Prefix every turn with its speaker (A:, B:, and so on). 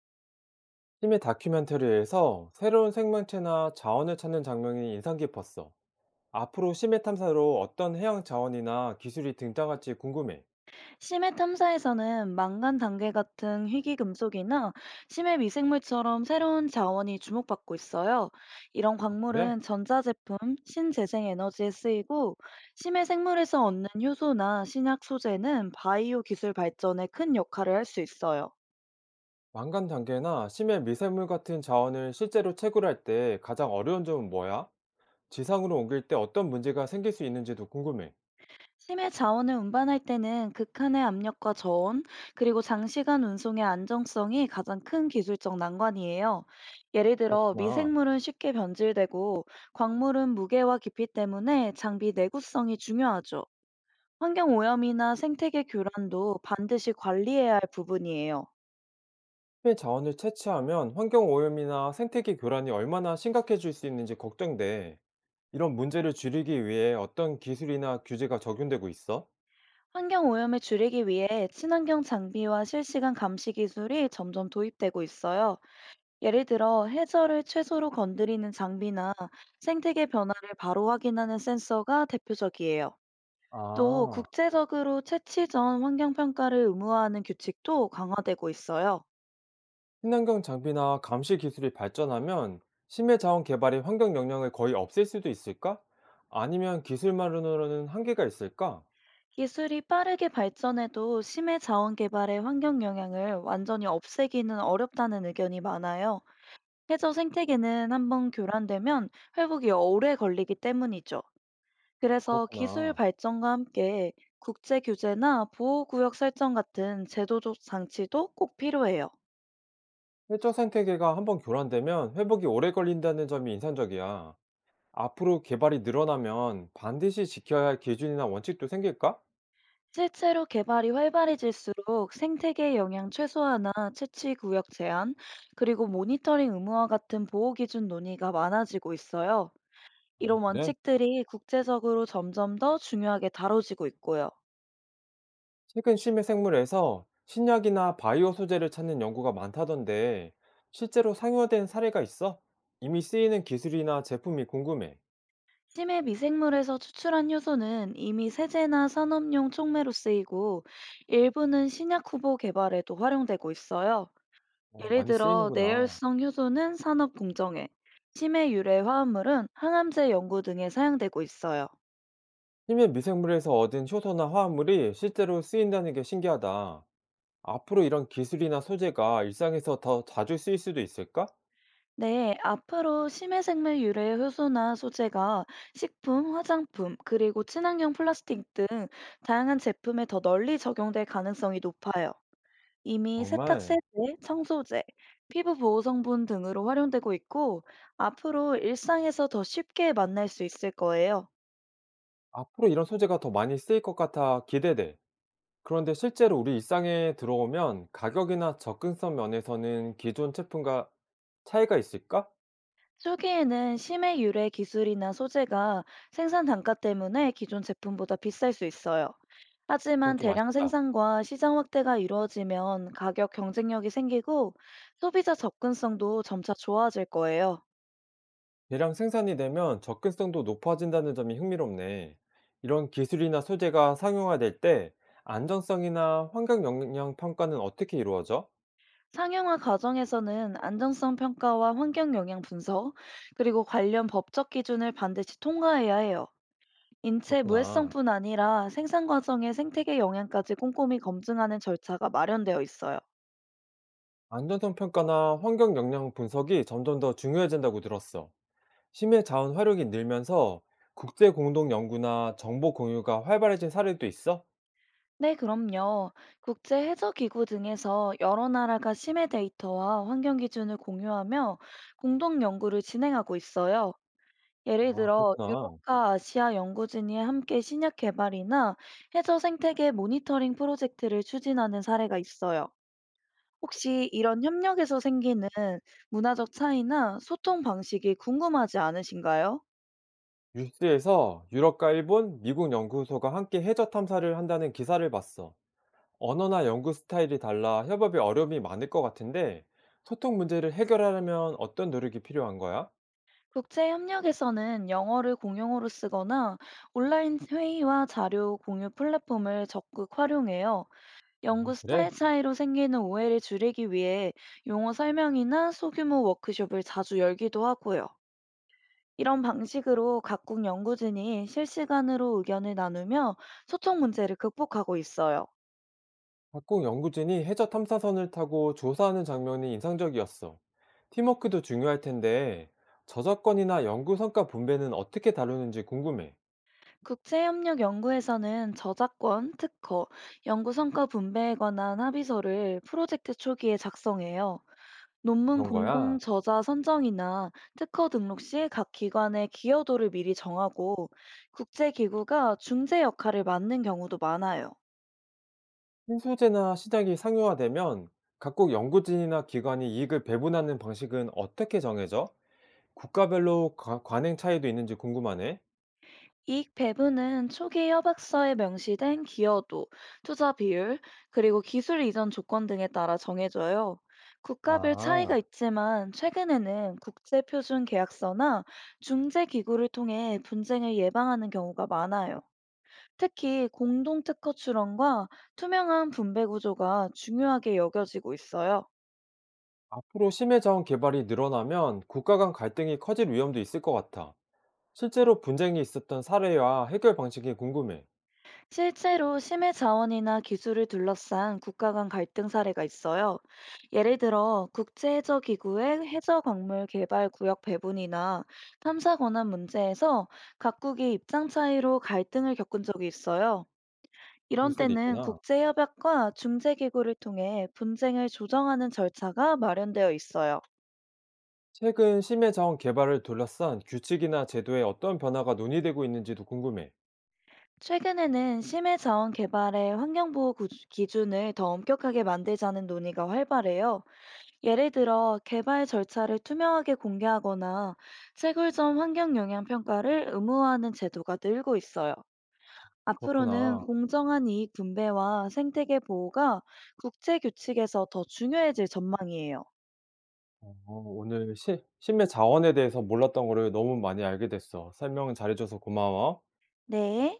A: 심해 다큐멘터리에서 새로운 생명체나 자원을 찾는 장면이 인상 깊었어. 앞으로 심해 탐사로 어떤 해양 자원이나 기술이 등장할지 궁금해.
B: 심해 탐사에서는 망간 단계 같은 희귀금속이나 심해 미생물처럼 새로운 자원이 주목받고 있어요. 이런
A: 그래?
B: 광물은 전자제품, 신재생 에너지에 쓰이고, 심해 생물에서 얻는 효소나 신약 소재는 바이오 기술 발전에 큰 역할을 할 수 있어요.
A: 왕관 단계나 심해 미생물 같은 자원을 실제로 채굴할 때 가장 어려운 점은 뭐야? 지상으로 옮길 때 어떤 문제가 생길 수 있는지도 궁금해.
B: 심해 자원을 운반할 때는 극한의 압력과 저온, 그리고 장시간 운송의 안정성이 가장 큰 기술적 난관이에요. 예를 들어
A: 그렇구나.
B: 미생물은 쉽게 변질되고 광물은 무게와 깊이 때문에 장비 내구성이 중요하죠. 환경 오염이나 생태계 교란도 반드시 관리해야 할 부분이에요.
A: 심해 자원을 채취하면 환경 오염이나 생태계 교란이 얼마나 심각해질 수 있는지 걱정돼. 이런 문제를 줄이기 위해 어떤 기술이나 규제가 적용되고 있어?
B: 환경 오염을 줄이기 위해 친환경 장비와 실시간 감시 기술이 점점 도입되고 있어요. 예를 들어 해저를 최소로 건드리는 장비나 생태계 변화를 바로 확인하는 센서가 대표적이에요. 또
A: 아.
B: 국제적으로 채취 전 환경 평가를 의무화하는 규칙도 강화되고 있어요.
A: 친환경 장비나 감시 기술이 발전하면 심해 자원 개발이 환경 영향을 거의 없앨 수도 있을까? 아니면 기술만으로는 한계가 있을까?
B: 기술이 빠르게 발전해도 심해 자원 개발의 환경 영향을 완전히 없애기는 어렵다는 의견이 많아요. 해저 생태계는 한번 교란되면 회복이 오래 걸리기 때문이죠. 그래서 기술
A: 그렇구나.
B: 발전과 함께 국제 규제나 보호구역 설정 같은 제도적 장치도 꼭 필요해요.
A: 해적 생태계가 한번 교란되면 회복이 오래 걸린다는 점이 인상적이야. 앞으로 개발이 늘어나면 반드시 지켜야 할 기준이나 원칙도 생길까?
B: 실제로 개발이 활발해질수록 생태계 영향 최소화나 채취 구역 제한, 그리고 모니터링 의무화 같은 보호 기준 논의가 많아지고 있어요. 이런
A: 그래?
B: 원칙들이 국제적으로 점점 더 중요하게 다뤄지고 있고요.
A: 최근 심해 생물에서 신약이나 바이오 소재를 찾는 연구가 많다던데 실제로 상용화된 사례가 있어? 이미 쓰이는 기술이나 제품이 궁금해.
B: 심해 미생물에서 추출한 효소는 이미 세제나 산업용 촉매로 쓰이고 일부는 신약 후보 개발에도 활용되고 있어요.
A: 어,
B: 예를
A: 많이
B: 들어
A: 쓰이는구나.
B: 내열성 효소는 산업 공정에, 심해 유래 화합물은 항암제 연구 등에 사용되고 있어요.
A: 희미 미생물에서 얻은 효소나 화합물이 실제로 쓰인다는 게 신기하다. 앞으로 이런 기술이나 소재가 일상에서 더 자주 쓰일 수도 있을까?
B: 네, 앞으로 심해 생물 유래 효소나 소재가 식품, 화장품, 그리고 친환경 플라스틱 등 다양한 제품에 더 널리 적용될 가능성이 높아요. 이미 세탁
A: 정말
B: 세제, 청소제, 피부 보호 성분 등으로 활용되고 있고 앞으로 일상에서 더 쉽게 만날 수 있을 거예요.
A: 앞으로 이런 소재가 더 많이 쓰일 것 같아 기대돼. 그런데 실제로 우리 일상에 들어오면 가격이나 접근성 면에서는 기존 제품과 차이가 있을까?
B: 초기에는 심해 유래 기술이나 소재가 생산 단가 때문에 기존 제품보다 비쌀 수 있어요. 하지만
A: 그건 좀
B: 대량
A: 아쉽다.
B: 생산과 시장 확대가 이루어지면 가격 경쟁력이 생기고 소비자 접근성도 점차 좋아질 거예요.
A: 대량 생산이 되면 접근성도 높아진다는 점이 흥미롭네. 이런 기술이나 소재가 상용화될 때 안전성이나 환경 영향 평가는 어떻게 이루어져?
B: 상용화 과정에서는 안정성 평가와 환경 영향 분석, 그리고 관련 법적 기준을 반드시 통과해야 해요. 인체
A: 그렇구나.
B: 무해성뿐 아니라 생산 과정의 생태계 영향까지 꼼꼼히 검증하는 절차가 마련되어 있어요.
A: 안전성 평가나 환경 영향 분석이 점점 더 중요해진다고 들었어. 심해 자원 활용이 늘면서 국제 공동 연구나 정보 공유가 활발해진 사례도 있어?
B: 네, 그럼요. 국제 해저 기구 등에서 여러 나라가 심해 데이터와 환경 기준을 공유하며 공동 연구를 진행하고 있어요. 예를
A: 아,
B: 들어
A: 그렇구나.
B: 유럽과 아시아 연구진이 함께 신약 개발이나 해저 생태계 모니터링 프로젝트를 추진하는 사례가 있어요. 혹시 이런 협력에서 생기는 문화적 차이나 소통 방식이 궁금하지 않으신가요?
A: 뉴스에서 유럽과 일본, 미국 연구소가 함께 해저 탐사를 한다는 기사를 봤어. 언어나 연구 스타일이 달라 협업에 어려움이 많을 것 같은데 소통 문제를 해결하려면 어떤 노력이 필요한 거야?
B: 국제 협력에서는 영어를 공용어로 쓰거나 온라인 회의와 자료 공유 플랫폼을 적극 활용해요.
A: 아,
B: 연구 스타일
A: 그래?
B: 차이로 생기는 오해를 줄이기 위해 용어 설명이나 소규모 워크숍을 자주 열기도 하고요. 이런 방식으로 각국 연구진이 실시간으로 의견을 나누며 소통 문제를 극복하고 있어요.
A: 각국 연구진이 해저 탐사선을 타고 조사하는 장면이 인상적이었어. 팀워크도 중요할 텐데 저작권이나 연구 성과 분배는 어떻게 다루는지 궁금해.
B: 국제협력 연구에서는 저작권, 특허, 연구 성과 분배에 관한 합의서를 프로젝트 초기에 작성해요. 논문
A: 그런
B: 공동
A: 거야.
B: 저자 선정이나 특허 등록 시 각 기관의 기여도를 미리 정하고 국제기구가 중재 역할을 맡는 경우도 많아요.
A: 신소재나 시장이 상용화되면 각국 연구진이나 기관이 이익을 배분하는 방식은 어떻게 정해져? 국가별로 관행 차이도 있는지 궁금하네.
B: 이익 배분은 초기 협약서에 명시된 기여도, 투자 비율, 그리고 기술 이전 조건 등에 따라 정해져요. 국가별
A: 아.
B: 차이가 있지만 최근에는 국제표준 계약서나 중재기구를 통해 분쟁을 예방하는 경우가 많아요. 특히 공동특허 출원과 투명한 분배 구조가 중요하게 여겨지고 있어요.
A: 앞으로 심해자원 개발이 늘어나면 국가 간 갈등이 커질 위험도 있을 것 같아. 실제로 분쟁이 있었던 사례와 해결 방식이 궁금해.
B: 실제로 심해 자원이나 기술을 둘러싼 국가 간 갈등 사례가 있어요. 예를 들어 국제해저기구의 해저광물 개발 구역 배분이나 탐사 권한 문제에서 각국이 입장 차이로 갈등을 겪은 적이 있어요.
A: 그럴
B: 이런
A: 수도
B: 때는
A: 있구나.
B: 국제협약과 중재기구를 통해 분쟁을 조정하는 절차가 마련되어 있어요.
A: 최근 심해자원 개발을 둘러싼 규칙이나 제도에 어떤 변화가 논의되고 있는지도 궁금해.
B: 최근에는 심해 자원 개발의 환경보호 기준을 더 엄격하게 만들자는 논의가 활발해요. 예를 들어 개발 절차를 투명하게 공개하거나 채굴점 환경 영향 평가를 의무화하는 제도가 늘고 있어요. 앞으로는
A: 그렇구나.
B: 공정한 이익 분배와 생태계 보호가 국제 규칙에서 더 중요해질 전망이에요.
A: 어, 오늘 심해자원에 대해서 몰랐던 거를 너무 많이 알게 됐어. 설명 잘해줘서 고마워.
B: 네.